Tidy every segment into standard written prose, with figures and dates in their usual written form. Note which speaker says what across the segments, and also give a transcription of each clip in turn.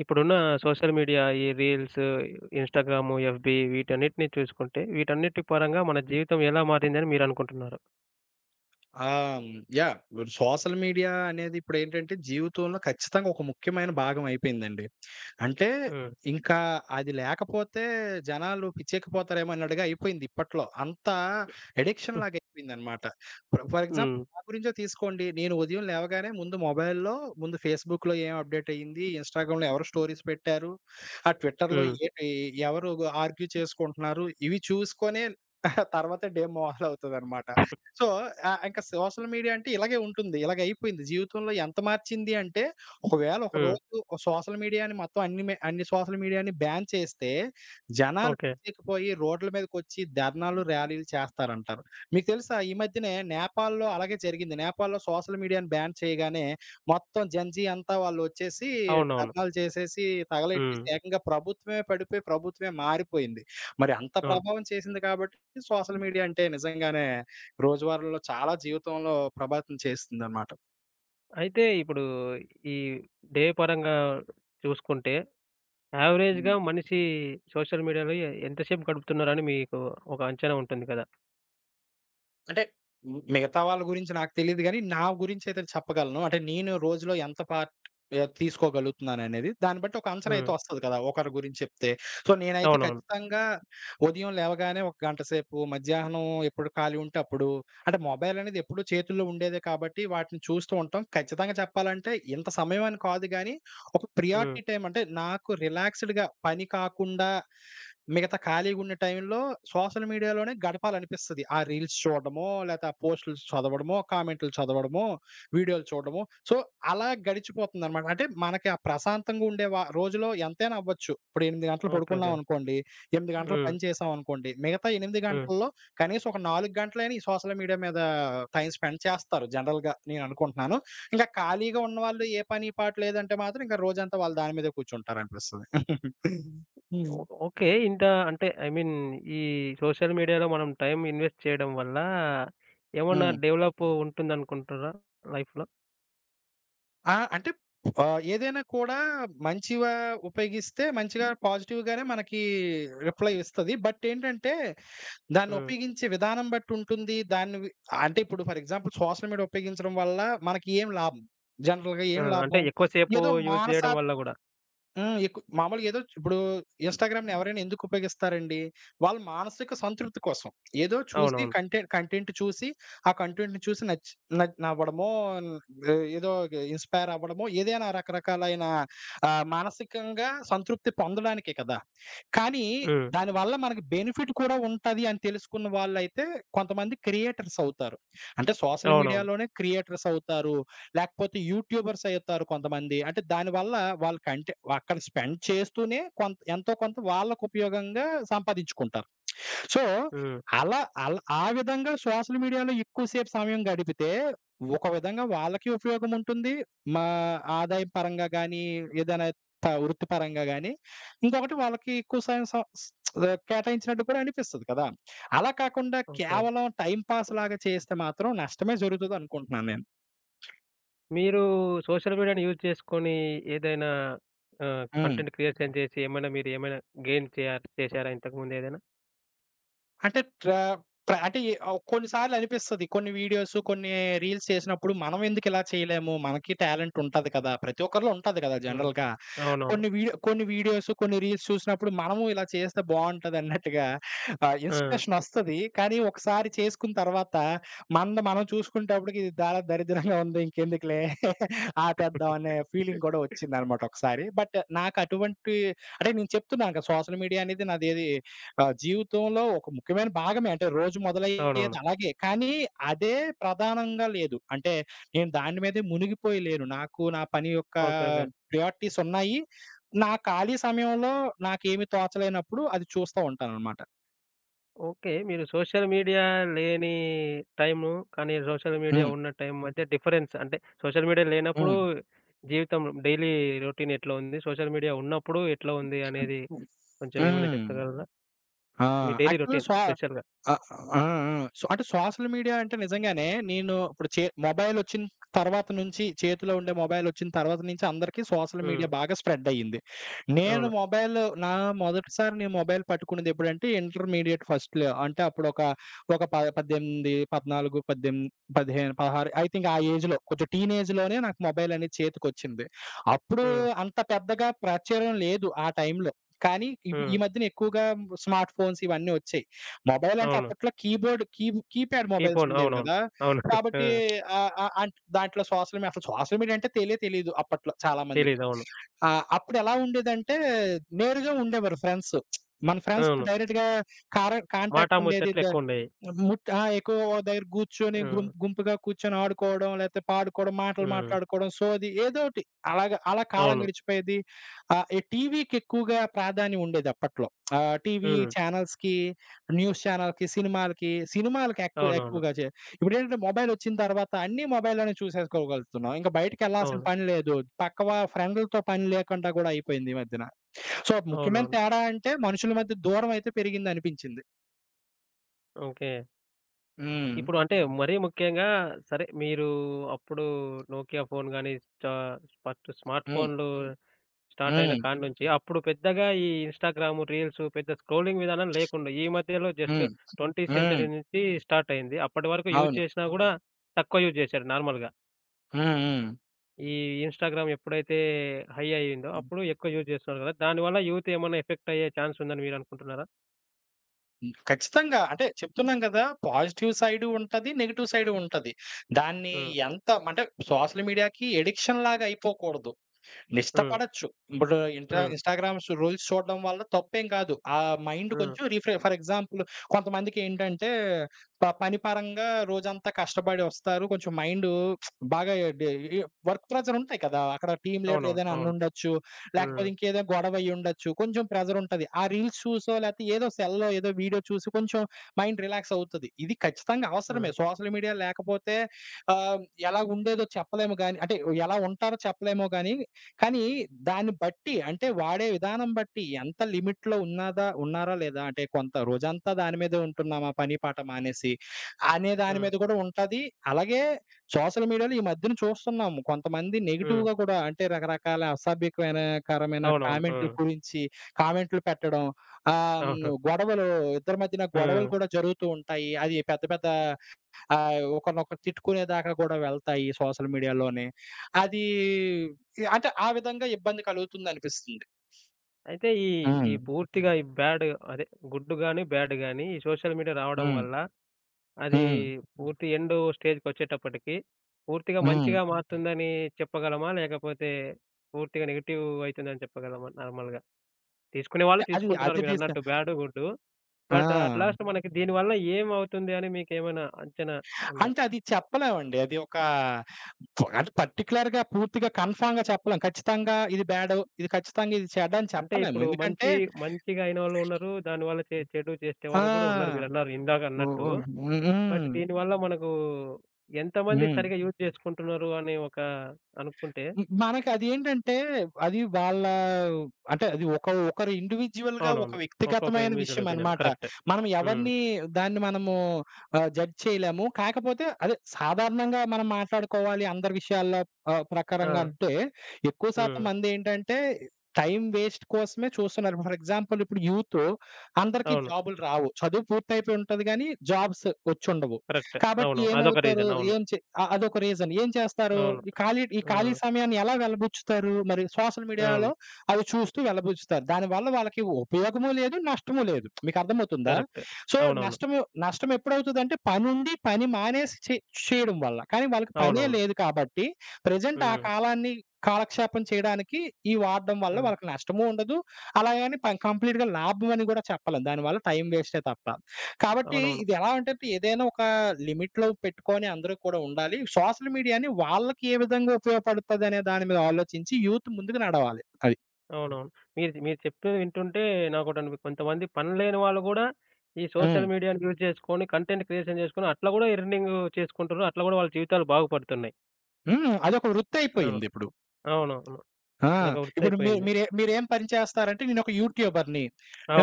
Speaker 1: ఇప్పుడున్న social media ఈ reels, Instagram, FB వీటన్నిటిని చూసుకుంటే, వీటన్నిటి పరంగా మన జీవితం ఎలా మారిందని మీరనుకుంటున్నారు?
Speaker 2: ఆ! హ్మ్. యాహ్! ఇప్పుడు సోషల్ మీడియా అనేది ఇప్పుడేంటంటే జీవితంలో ఖచ్చితంగా ఒక ముఖ్యమైన భాగం అయిపోయిందండి. అంటే
Speaker 1: హ్మ్.
Speaker 2: ఇంకా అది లేకపోతే జనాలు పిచ్చెక్కిపోతారేమో అన్నట్టుగా అయిపోయింది ఇప్పట్లో. అంత అడిక్షన్
Speaker 1: హ్మ్.
Speaker 2: లాగా అయిపోయిందనమాట. ఇప్పుడు ఫర్ ఎగ్జాంపుల్
Speaker 1: హ్మ్.
Speaker 2: నా గురించే తీసుకోండి. నేను ఉదయం లేవగానే ముందు మొబైల్‌లో ముందు ఫేస్‌బుక్‌లో ఏం అప్డేట్ అయ్యింది, ఇన్‌స్టాగ్రామ్‌లో ఎవరు స్టోరీస్ పెట్టారు, ఆ ట్విట్టర్‌లో
Speaker 1: హ్మ్.
Speaker 2: ఎవరు ఆర్గ్యూ చేసుకుంటున్నారు, ఇవి చూసుకొనే తర్వాత డే మొదలవుతదనమాట. సో, ఇంక సోషల్ మీడియా అంటే ఇలాగే ఉంటుంది. ఇలాగే అయిపోయింది. జీవితంలో ఎంత మార్చింది అంటే, ఒకవేళ ఒక
Speaker 1: హ్మ్.
Speaker 2: రోజు ఓ సోషల్ మీడియాని మొత్తం అన్ని మే అన్ని సోషల్ మీడియాని బ్యాన్ చేస్తే, జనాలు
Speaker 1: ఓకే.
Speaker 2: పిచ్చెక్కిపోయి రోడ్ల మీదకొచ్చి ధర్నాలు, ర్యాలీలు చేస్తారంటారు. మీకు తెలుసా, ఈ మధ్యనే నేపాల్‌లో అలాగే జరిగింది. నేపాల్‌లో సోషల్ మీడియాని బ్యాన్ చేయగానే, మొత్తం జెన్‌జీ అంతా వాళ్ళొచ్చేసి
Speaker 1: అవునవును.
Speaker 2: ధర్నాలు చేసేసి,
Speaker 1: హ్మ్.
Speaker 2: తగలెట్టేసి ఏకంగా ప్రభుత్వమే పడిపోయి, ప్రభుత్వమే మారిపోయింది. మరి అంత
Speaker 1: అవును.
Speaker 2: ప్రభావం చేసింది కాబట్టి సోషల్ మీడియా అంటే నిజంగానే రోజువారీలో చాలా జీవితంలో ప్రభావితం చేస్తుందనమాట.
Speaker 1: అయితే ఇప్పుడు ఈ డే పరంగా చూసుకుంటే,
Speaker 2: హ్మ్.
Speaker 1: యావరేజ్‌గా మనిషి సోషల్ మీడియాలో ఎంతసేపు గడుపుతున్నారని మీకు ఒక అంచనా ఉంటుంది కదా!
Speaker 2: అంటే మిగతా వాళ్ళ గురించి నాకు తెలీదు గానీ, నా గురించైతే చెప్పగలను. అంటే నేను రోజులో ఎంత పార్ట్ తీసుకోగలుగుతున్నాననేది. దాన్ని బట్టి ఒక అంచనా అయితే
Speaker 1: హ్మ్.
Speaker 2: వస్తది కదా, ఒకరి గురించి చెప్తే. సో, నేనైతే
Speaker 1: అవునవును.
Speaker 2: ఖచ్చితంగా ఉదయం లేవగానే ఒక గంట సేపు, మధ్యాహ్నం ఎప్పుడు ఖాళీ ఉంటే అప్పుడు అంటే మొబైలనేది ఎప్పుడూ చేతుల్లో ఉండేదే కాబట్టి వాటిని చూస్తూ ఉంటాం. ఖచ్చితంగా చెప్పాలంటే ఇంత సమయం అని కాదు గానీ, ఒక
Speaker 1: హ్మ్.
Speaker 2: ప్రియారిటీ టైమ్ అంటే నాకు రిలాక్స్‌డ్‌గా పని కాకుండా మిగతా ఖాళీగున్న టైంలో సోషల్ మీడియాలోనే గడపాలనిపిస్తది. ఆ రీల్స్ చూడడమో, లేతే ఆ పోస్టులు చదవడమో, కామెంట్లు చదవడమో, వీడియోలు చూడడమో. సో, అలా గడిచిపోతుందనమాట. అంటే మనకి ఆ ప్రశాంతంగా ఉండే రోజులో ఎంతైనా అవ్వచ్చు. ఇప్పుడు 8 గంటలు
Speaker 1: ఓకే. ఓకే.
Speaker 2: పడుకున్నామనుకోండి, 8 గంటలు
Speaker 1: హ్మ్.
Speaker 2: పని చేశామనుకోండి, మిగతా 8
Speaker 1: హ్మ్.
Speaker 2: గంటల్లో కనీసం ఒక 4 గంటలైనా ఈ సోషల్ మీడియా మీద టైం స్పెండ్ చేస్తారు జనరల్‌గా నేననుకుంటున్నాను. ఇంకా ఖాళీగా ఉన్నవాళ్ళు ఏ పని పాటు లేదంటే మాత్రం ఇంకా రోజంతా వాళ్ళు దాని మీదే కూర్చుంటారనిపిస్తది. హ్మ్.
Speaker 1: Oh okay. ఇంత అంటే ఐ మీన్ ఈ సోషల్ మీడియాలో మనం టైం ఇన్వెస్ట్ చేయడం వల్ల ఏమన్నా
Speaker 2: హ్మ్.
Speaker 1: డెవలప్ ఉంటుందనుకుంటుర్రా లైఫ్‌లో?
Speaker 2: ఆ! అంటే ఏదైనా కూడా మంచిగా ఉపయోగిస్తే మంచిగా పాజిటివ్‌గానే మనకి రిప్లై ఇస్తది. బట్ ఏంటంటే దాన్ని
Speaker 1: హ్మ్.
Speaker 2: ఉపయోగించే విధానం బట్టి ఉంటుంది. దాన్ని వి అంటే ఇప్పుడు ఫర్ ఎగ్జాంపుల్ సోషల్ మీడియా ఉపయోగించడం వల్ల మనకి ఏం లాభం? జనరల్‌గా ఏం
Speaker 1: హ్మ్. అంటే
Speaker 2: లాభం?
Speaker 1: ఎక్కువ సేపు
Speaker 2: ఏదో
Speaker 1: యూజ్
Speaker 2: మానసా
Speaker 1: జేయడం వల్ల గూడా.
Speaker 2: హ్మ్. మామూలుగా ఏదో ఇప్పుడు ఇన్‌స్టాగ్రామ్‌ని ఎవరైనా ఎందుకు ఉపయోగిస్తారండి? వాళ్ళ మానసిక సంతృప్తి కోసం. ఏదో చూసి
Speaker 1: అవునవును.
Speaker 2: కంటెంట్ కంటెంట్ చూసి, ఆ కంటెంట్‌ని చూసి నచ్చి నవ్వడమో, ఏదో ఇన్‌స్పైర్ అవ్వడమో, ఏదైనా రకరకాలైన మానసికంగా సంతృప్తి పొందడానికే కదా. కానీ
Speaker 1: హ్మ్.
Speaker 2: దానివల్ల మనకి బెనిఫిట్ కూడా ఉంటది అని తెలుసుకున్న వాళ్ళైతే కొంతమంది క్రియేటర్స్ అవుతారు. అంటే సోషల్
Speaker 1: అవునవును.
Speaker 2: మీడియాలోనే క్రియేటర్స్ అవుతారు. లేకపోతే యూట్యూబర్స్ అయితారు కొంతమంది. అంటే దానివల్ల వాళ్ళ కంటె అక్కడ స్పెండ్ చేస్తూనే కొంత ఎంతో కొంత వాళ్ళకు ఉపయోగంగా సంపాదించుకుంటారు. సో,
Speaker 1: హ్మ్.
Speaker 2: అలా అల ఆ విధంగా సోషల్ మీడియాలో ఎక్కువ సేపు సమయం గడిపితే ఒక విధంగా వాళ్ళకి ఉపయోగం ఉంటుంది. మా ఆదాయం పరంగా గానీ, ఏదైనా వృత్తిపరంగా గానీ, ఇంకొకటి వాళ్ళకి ఎక్కువ సమయం స స- కేటాయించినట్టు కూడా అనిపిస్తది కదా. అలా కాకుండా
Speaker 1: ఓకే.
Speaker 2: కేవలం టైమ్ పాస్‌లాగా చేస్తే మాత్రం నష్టమే జరుగుతదనుకుంటున్నాను నేను.
Speaker 1: మీరు సోషల్ మీడియాని యూజ్ చేసుకొని ఏదైనా
Speaker 2: హ్మ్.
Speaker 1: కంటెంట్ క్రియేషన్ చేసి ఏమైనా మీరు ఏమైనా గెయిన్ చేయార్ చేశారా ఇంతకుముందేదైనా?
Speaker 2: అంటే ట్రా ప్ర అంటే ఎ ఆహ్, కొన్ని సార్లనిపిస్తది. కొన్ని వీడియోసు, కొన్ని రీల్స్ చేసినప్పుడు మనం ఎందుకిలా చేయలేము? మనకి టాలెంట్ ఉంటది కదా, ప్రతి ఒక్కరిలో ఉంటది కదా
Speaker 1: హ్మ్.
Speaker 2: జనరల్‌గా.
Speaker 1: అవునవును.
Speaker 2: కొన్ని వీడియోసు, కొన్ని రీల్స్ చూసినప్పుడు మనము ఇలా చేస్తే బావుంటదన్నట్టుగా
Speaker 1: ఆ!
Speaker 2: ఇన్స్‌పిరేషనొస్తది. కానీ ఒకసారి చేసుకున్న తర్వాత మనది మనం చూసుకునేటప్పటికి ఇది చాలా దరిద్రంగా ఉంది. ఇంకెందుకులే ఆపేద్దాం అనే ఫీలింగ్ కూడా వచ్చిందనమాట ఒకసారి. బట్ నాకు అటువంటి అంటే నేను చెప్తున్నాను కదా, సోషల్ మీడియా అనేది నాదేది ఆ! జీవితంలో ఒక ముఖ్యమైన భాగమే. అంటే రోజు మొదలయ్యేది
Speaker 1: అవునవును.
Speaker 2: అలాగే. కానీ అదే ప్రధానంగా లేదు. అంటే నేను దాని మీదే మునిగిపోయి లేను. నాకు నా పని యొక్క
Speaker 1: ఓకే. ఓకే.
Speaker 2: ప్రయారిటీస్ ఉన్నాయి. నా ఖాళీ సమయంలో నాకేమి తోచలేనప్పుడు అది చూస్తా ఉంటాననమాట.
Speaker 1: ఓకే. మీరు సోషల్ మీడియా లేని టైము, కానీ సోషల్ మీడియా
Speaker 2: హ్మ్.
Speaker 1: ఉన్న టైం మధ్య డిఫరెన్స్ అంటే, సోషల్ మీడియా లేనప్పుడు
Speaker 2: హ్మ్.
Speaker 1: జీవితం డైలీ రొటీన్ ఎట్లా ఉంది? సోషల్ మీడియా ఉన్నప్పుడు ఎట్లా ఉంది అనేది కొంచెం ఏమైనా
Speaker 2: హ్మ్.
Speaker 1: చెప్పగలరా?
Speaker 2: ఆ!
Speaker 1: మీ డైలీ
Speaker 2: యాక్చువల్‌గా
Speaker 1: రొటీన్
Speaker 2: స్వ
Speaker 1: స్పెషల్‌గా.
Speaker 2: ఆ! ఆ! ఆ! సో, అంటే సోషల్ మీడియా అంటే నిజంగానే నేను ఇప్పుడు మొబైలొచ్చిన తర్వాత నుంచి చేతిలో ఉండే మొబైలొచ్చిన తర్వాత నుంచి అందరికీ సోషల్ మీడియా
Speaker 1: హ్మ్.
Speaker 2: బాగా స్ప్రెడ్ అయ్యింది. నేను
Speaker 1: అవును.
Speaker 2: మొబైల్ నా మొదటిసారి నేను మొబైల్ పట్టుకున్నది ఎప్పుడంటే ఇంటర్మీడియేట్ ఫస్ట్‌లో. అంటే అప్పుడొక ఒక ప 18, 14, 18, 15, 16 ఐ థింక్ ఆ ఏజ్‌లో కొంచెం టీనేజ్‌లోనే నాకు మొబైల్ అనేది చేతికొచ్చింది. అప్పుడు
Speaker 1: హ్మ్.
Speaker 2: అంత పెద్దగా ప్రాచుర్యం లేదు ఆ టైంలో. కానీ ఈ
Speaker 1: హ్మ్.
Speaker 2: మధ్యన ఎక్కువగా స్మార్ట్ ఫోన్స్ ఇవన్నీ వచ్చాయి. మొబైల్ అంటే
Speaker 1: అవును.
Speaker 2: అప్పట్లో కీబోర్డ్ కీ కీప్యాడ్
Speaker 1: కీప్
Speaker 2: మొబైల్స్
Speaker 1: ఆన్
Speaker 2: ఉండేవి
Speaker 1: అవునవును.
Speaker 2: కదా.
Speaker 1: అవును. ఆ!
Speaker 2: కాబట్టి ఆహ్, ఆహ్, అంట్ దాంట్లో సోషల్ మీ అసలు సోషల్ మీడియా అంటే తెలీదు అప్పట్లో చాలా మందికి.
Speaker 1: తెలీదు. అవును.
Speaker 2: ఆ! అప్పుడెలా ఉండేదంటే, నేరుగా ఉండేవారు ఫ్రెండ్స్. మన ఫ్రెండ్స్‌తో
Speaker 1: అవును.
Speaker 2: డైరెక్ట్‌గా కాంటాక్ట్
Speaker 1: మాటా
Speaker 2: ఉండేది.
Speaker 1: ముచ్చట్లు
Speaker 2: ద
Speaker 1: ఎక్కువుండేయి.
Speaker 2: ముట్ ఆ! ఎక్కువ ఓ దగ్గర కూర్చొని
Speaker 1: హ్మ్.
Speaker 2: గుంపుగా కూర్చొని ఆడుకోవడం, లేతే పాడుకోవడం, మాటలు
Speaker 1: హ్మ్.
Speaker 2: మాట్లాడుకోవడం, సోది ఏదోటి. అలా కాలం
Speaker 1: అవును.
Speaker 2: గడిచిపోయేది. ఈ టీవీకి ఎక్కువగా ప్రాధాన్యం ఉండేది అప్పట్లో. టీవీ
Speaker 1: హ్మ్.
Speaker 2: ఛానల్స్‌కి, న్యూస్ ఛానల్‌కి, సినిమాలకి
Speaker 1: అవునవును.
Speaker 2: ఎక్కువగా ఇప్పుడేంటంటే మొబైల్ వచ్చిన తర్వాత అన్నీ మొబైల్‌లోనే చూసేసుకోగలుగుతున్నాం. ఇంక బయటికెళ్ళాల్సిన
Speaker 1: అవును.
Speaker 2: పని లేదు. పక్క వా ఫ్రెండ్‌లతో పని లేకుండా గూడా అయిపోయింది ఈ మధ్యన. సో, ముఖ్యమైన
Speaker 1: అవునవును.
Speaker 2: తేడా అంటే మనుషుల మధ్య దూరం అయితే పెరిగిందనిపించింది.
Speaker 1: ఓకే.
Speaker 2: హ్మ్.
Speaker 1: ఇప్పుడు అంటే మరీ ముఖ్యంగా సరే మీరు అప్పుడు నోకియా ఫోన్ గాని, ఫస్ట్ స్మార్ట్
Speaker 2: హ్మ్.
Speaker 1: ఫోన్‌లు స్టార్ట్ అయిన
Speaker 2: హ్మ్.
Speaker 1: కాడ్నుంచి అప్పుడు పెద్దగా ఈ ఇన్‌స్టాగ్రామ్, రీల్స్ పెద్ద స్క్రోలింగ్ విధానం లేకుండా ఈ మధ్యలో జస్ట్
Speaker 2: హ్మ్.
Speaker 1: 20th
Speaker 2: హ్మ్.
Speaker 1: సెంచరీ నుంచి స్టార్ట్ అయింది. అప్పటి వరకు యూజ్
Speaker 2: అవును.
Speaker 1: చేసినా గూడా తక్కువ యూజ్ చేశారు నార్మల్‌గా.
Speaker 2: హ్మ్. హ్మ్.
Speaker 1: ఈ ఇన్‌స్టాగ్రామ్ ఎప్పుడైతే హై అయిందో
Speaker 2: హ్మ్.
Speaker 1: అప్పుడు ఎక్కువ యూజ్ చేస్తున్నారు గదా! దానివల్ల యూత్ ఏమన్నా ఎఫెక్ట్ అయ్యే ఛాన్స్ ఉందని మీరు అనుకుంటున్నారా?
Speaker 2: ఖచ్చితంగా. అంటే చెప్తున్నాం గదా, పాజిటివ్ సైడు ఉంటది. నెగెటివ్ సైడు ఉంటది. దాన్ని
Speaker 1: హ్మ్.
Speaker 2: ఎంత అంటే సోషల్ మీడియాకి ఎడిక్షన్ లాగా అయిపోకూడదు.
Speaker 1: హ్మ్.
Speaker 2: ఇష్టపడొచ్చు. ఇప్పుడు
Speaker 1: హ్మ్.
Speaker 2: ఇన్‌స్టాగ్రామ్స్ రూల్స్ చూడడం వల్ల తప్పేం కాదు. ఆ మైండ్
Speaker 1: హ్మ్.
Speaker 2: కొంచెం రిఫ్రె ఫర్ ఎగ్జాంపుల్ కొంతమందికేంటంటే పని పరంగా రోజంతా కష్టపడి వస్తారు. కొంచెం మైండు బాగా డి ఈ వర్క్ ప్రెషర్ ఉంటాయి కదా. అక్కడ టీమ్ లీడర్
Speaker 1: అవునవును.
Speaker 2: ఏదైనా
Speaker 1: అవును.
Speaker 2: అనుండొచ్చు. లేకపోతే
Speaker 1: హ్మ్.
Speaker 2: ఇంకేదో గొడవ అయ్యుండొచ్చు. కొంచెం ప్రెషర్ ఉంటది. ఆ రీల్స్ చూసో లేకపోతే ఏదో సెల్‌లో ఏదో వీడియో చూసి కొంచెం మైండ్ రిలాక్స్ అవుతది. ఇది ఖచ్చితంగా అవసరమే.
Speaker 1: హ్మ్.
Speaker 2: సోషల్ మీడియా లేకపోతే ఆహ్, ఎలా ఉండేదో చెప్పలేము గానీ అంటే ఎలా ఉంటారో చెప్పలేమో గానీ కానీ దాన్ని బట్టి అంటే వాడే విధానం బట్టి ఎంత లిమిట్‌లో ఉన్నారా లేదా అంటే కొంత రోజంతా దాని మీదే ఉంటున్నామా పని పాట మానేసి అనే దాని
Speaker 1: హ్మ్.
Speaker 2: మీద కూడా ఉంటది. అలాగే సోషల్ మీడియాలో ఈ మధ్యన చూస్తున్నాము. కొంతమంది
Speaker 1: హ్మ్.
Speaker 2: నెగెటివ్‌గా కూడా అంటే రకరకాల అసభ్యకమైన
Speaker 1: అవునవును. ఆ!
Speaker 2: కామెంట్‌ల గురించి కామెంట్‌లు పెట్టడం,
Speaker 1: అవును.
Speaker 2: గొడవలు ఇద్దరి మధ్యన
Speaker 1: ఆ!
Speaker 2: గొడవలు కూడా జరుగుతూ ఉంటాయి. అది పెద్ద పెద్ద ఒకరినొకరు తిట్టుకునేదాకా గూడా వెళ్తాయి సోషల్ మీడియాలోనే. అది అంటే ఆ విధంగా ఇబ్బంది కలుగుతుందనిపిస్తుంది.
Speaker 1: అయితే ఈ, ఈ
Speaker 2: హ్మ్.
Speaker 1: పూర్తిగా ఈ బ్యాడ్ అదే గుడ్ గాని, బ్యాడ్ గాని ఈ సోషల్ మీడియా రావడం
Speaker 2: హ్మ్.
Speaker 1: వల్ల అది
Speaker 2: హ్మ్.
Speaker 1: పూర్తి ఎండ్ స్టేజ్‌కొచ్చేటప్పటికి పూర్తిగా
Speaker 2: హ్మ్.
Speaker 1: మంచిగా మారుతుందని చెప్పగలమా? లేకపోతే పూర్తిగా నెగెటివ్ అయితుందని చెప్పగలమా నార్మల్‌గా? తీసుకునే వాళ్ళు
Speaker 2: అది
Speaker 1: తీసుకుంటున్నారు
Speaker 2: అది డిస
Speaker 1: మీరన్నట్టు బ్యాడ్, గుడ్డు. బట్ అట్
Speaker 2: ఆ!
Speaker 1: లాస్ట్ మనకి దీనివల్ల ఏమవుతుంది అని మీకేమైనా అంచనా ఉందా?
Speaker 2: అంటే అది చెప్పలేమండి. అది ఒక అంటే పర్టిక్యులర్‌గా పూర్తిగా కన్ఫర్మ్‌గా చెప్పలేం. ఖచ్చితంగా ఇది బ్యాడు, ఇది ఖచ్చితంగా ఇది చెడ్డ అని
Speaker 1: అంటే
Speaker 2: చెప్పలేము.
Speaker 1: ఇప్పుడు
Speaker 2: ఎందుకంటే
Speaker 1: మంచిగా అయినోళ్ళు ఉన్నారు. దానివల్ల చెడు చేసేవాళ్ళు గూడా ఉన్నారు
Speaker 2: ఆ!
Speaker 1: మీరన్నారు ఇందాక
Speaker 2: ఓహ్!
Speaker 1: అన్నట్టు.
Speaker 2: హ్మ్.
Speaker 1: బట్
Speaker 2: హ్మ్.
Speaker 1: దీనివల్ల మనకు ఎంతమంది
Speaker 2: హ్మ్.
Speaker 1: సరిగ్గా యూజ్ చేసుకుంటున్నారు అని ఒక అనుకుంటే
Speaker 2: హ్మ్. మనకదేంటంటే, అది ఏంటంటే అది వాళ్ళ అంటే అది ఒక ఒకరు ఇండివిడ్యుయల్‌గా ఒక
Speaker 1: అవునవును. ఒక్కొక్క
Speaker 2: వ్యక్తిగతమైన
Speaker 1: ఇండివిడ్యువల్ ఒపీనియన్.
Speaker 2: విషయమనమాట.
Speaker 1: కరెక్టే.
Speaker 2: మనం
Speaker 1: హ్మ్.
Speaker 2: ఎవరిని దాన్ని మనము జడ్జ్ చేయలేము. కాకపోతే అదే సాధారణంగా మనం మాట్లాడుకోవాలి అందరి విషయాల్లో ప్రకారంగా
Speaker 1: ఆ!
Speaker 2: అంటే, ఎక్కువ
Speaker 1: హ్మ్.
Speaker 2: శాతం మందేంటంటే టైమ్ వేస్ట్ కోసమే చూస్తున్నారు. ఫర్ ఎగ్జాంపుల్ ఇప్పుడు యూత్ అందరికీ
Speaker 1: అవును.
Speaker 2: జాబులు రావు. చదువు పూర్తయిపోయి ఉంటది గానీ, జాబ్స్ వచ్చుండవు.
Speaker 1: కరెక్టే.
Speaker 2: కాబట్టి
Speaker 1: అవును. అదొక
Speaker 2: ఏమవుతారు?
Speaker 1: రీజన్. అవును.
Speaker 2: ఏం చే అ అదొక రీజన్. ఏం చేస్తారు?
Speaker 1: అవును.
Speaker 2: ఈ ఖాళీ
Speaker 1: హ్మ్.
Speaker 2: సమయాన్ని ఎలా వెలబుచ్చుతారు? మరి సోషల్ మీడియాలో
Speaker 1: అవును.
Speaker 2: అవి చూస్తూ వెలబుచ్చుతారు. దానివల్ల వాళ్ళకి ఉపయోగము లేదు, నష్టము లేదు. మీకర్థమవుతుందా?
Speaker 1: కరెక్ట్.
Speaker 2: సో,
Speaker 1: అవునవును.
Speaker 2: నష్టము నష్టం ఎప్పుడవుతదంటే పని ఉండి పని మానేసి చేయడం వల్ల. కానీ వాళ్ళకి పనే
Speaker 1: అవునవును.
Speaker 2: లేదు కాబట్టి ప్రెజెంట్ ఆ
Speaker 1: హ్మ్.
Speaker 2: కాలాన్ని కాలక్షేపం చేయడానికి ఈ వాడడం వల్ల
Speaker 1: హ్మ్.
Speaker 2: వాళ్ళకి నష్టము ఉండదు. అలాగని కంప్లీట్‌గా లాభం అని గూడా చెప్పలేం. దానివల్ల టైమ్ వేస్టే తప్ప. కాబట్టి
Speaker 1: అవునవును.
Speaker 2: ఇది ఎలా అంటే ఏదైనా ఒక లిమిట్‌లో పెట్టుకొని అందరూ కూడా ఉండాలి. సోషల్ మీడియాని వాళ్ళకి ఏ విధంగా ఉపయోగపడుతదనే దాని మీద ఆలోచించి యూత్ ముందుకు నడవాలి. అది.
Speaker 1: అవునవును. మీరు మీరు చెప్తేది వింటుంటే నాకోటనిపి కొంతమంది పని లేని వాళ్ళు గూడా ఈ
Speaker 2: హ్మ్.
Speaker 1: సోషల్ మీడియాని యూజ్ చేసుకొని కంటెంట్ క్రియేషన్ చేసుకొని అట్లా గూడా ఎర్నింగ్ చేసుకుంటుర్రు. అట్లా గూడా వాళ్ళ జీవితాలు బాగుపడుతున్నాయి.
Speaker 2: హ్మ్. అదొక
Speaker 1: అవును.
Speaker 2: వృత్తయిపోయిందిప్పుడు.
Speaker 1: అవును.
Speaker 2: ఆ!
Speaker 1: అదొక
Speaker 2: ఇప్పుడు మీ
Speaker 1: వృత్తయిపోయింది.
Speaker 2: మీరే మీరేం పని చేస్తారంటే నేనొక యూట్యూబర్‌ని.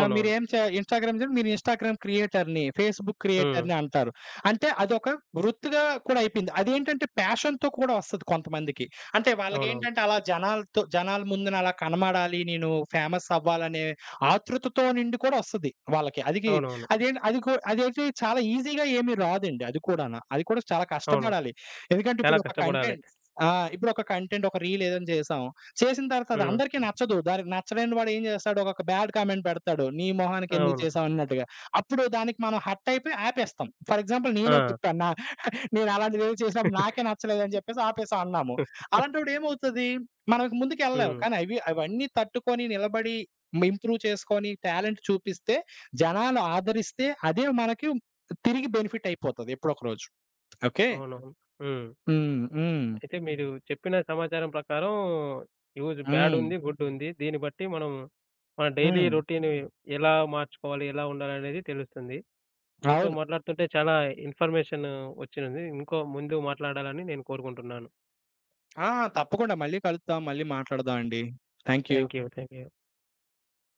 Speaker 2: ఆహ్, మీరేం చే ఇన్‌స్టాగ్రామ్ చే మీరు ఇన్‌స్టాగ్రామ్ క్రియేటర్‌ని, ఫేస్‌బుక్
Speaker 1: హ్మ్.
Speaker 2: క్రియేటర్‌ని అంటారు. అంటే అదొక వృత్తిగా కూడా అయిపోయింది. అదేంటంటే ప్యాషన్‌తో కూడా వస్తది కొంతమందికి. అంటే
Speaker 1: అవునవును.
Speaker 2: వాళ్ళకేంటంటే అలా జనాల ముందున అలా కనబడాలి, నేను ఫేమస్ అవ్వాలనే ఆతృతతో నిండి కూడా వస్తది వాళ్ళకి. అదికి
Speaker 1: అవునవును.
Speaker 2: అదేం అది కూ అదేంటి చాలా ఈజీగా ఏమీ రాదండి అది కూడాన. అది కూడా చాలా
Speaker 1: అవును.
Speaker 2: కష్టపడాలి. ఎందుకంటే
Speaker 1: చాలా
Speaker 2: ఇప్పుడు ఒక
Speaker 1: కష్టపడాలి.
Speaker 2: కంటెంట్ ఆ! ఇప్పుడు ఒక కంటెంట్ ఒక రీల్ ఏదైనా చేసాం. చేసిన తర్వాత అది అందరికీ
Speaker 1: హ్మ్.
Speaker 2: నచ్చదు. దానికి నచ్చలేని వాడు ఏం చేస్తాడు? ఒకొక్క బ్యాడ్ కామెంట్ పెడతాడు. "నీ మొహానికి ఎందుకు
Speaker 1: అవును.
Speaker 2: చేసావు" అన్నట్టుగా. అప్పుడు దానికి మనం హర్ట్ అయిపోయి ఆపేస్తాం. ఫర్ ఎగ్జాంపుల్ నేనే
Speaker 1: ఆ!
Speaker 2: చెప్పాను. నా నేను అలాంటిదేదో చేసినప్పుడు నాకే నచ్చలేదని చెప్పేసి ఆపేసాం అన్నాము. అలాంటప్పుడు ఏమవుతది? మనకు ముందుకెళ్ళలేము.
Speaker 1: హ్మ్.
Speaker 2: కానీ అవి అవన్నీ తట్టుకొని నిలబడి ఇంప్రూవ్ చేసుకొని టాలెంట్ చూపిస్తే, జనాలు ఆదరిస్తే అదే మనకి తిరిగి బెనిఫిట్ అయిపోతది ఎప్పుడో ఒక రోజు. ఓకే.
Speaker 1: అవునవును. హ్మ్.
Speaker 2: హ్మ్. హ్మ్.
Speaker 1: అయితే మీరు చెప్పిన సమాచారం ప్రకారం యూజ్
Speaker 2: హ్మ్.
Speaker 1: బ్యాడుంది, గుడ్డుంది. దీన్ని బట్టి మనం మన డైలీ
Speaker 2: హ్మ్.
Speaker 1: రొటీన్ ఎలా మార్చుకోవాలి, ఎలా ఉండాలనేది తెలుస్తుంది. మీతో
Speaker 2: అవును.
Speaker 1: మాట్లాడుతుంటే చాలా ఇన్ఫర్మేషన్ వచ్చినుంది. ఇంకో ముందు మాట్లాడాలని నేను కోరుకుంటున్నాను.
Speaker 2: ఆ! తప్పకుండా మళ్ళీ కలుద్దాం. మళ్ళీ మాట్లాడదాం అండి. Thank you.
Speaker 1: Thank you. Thank you.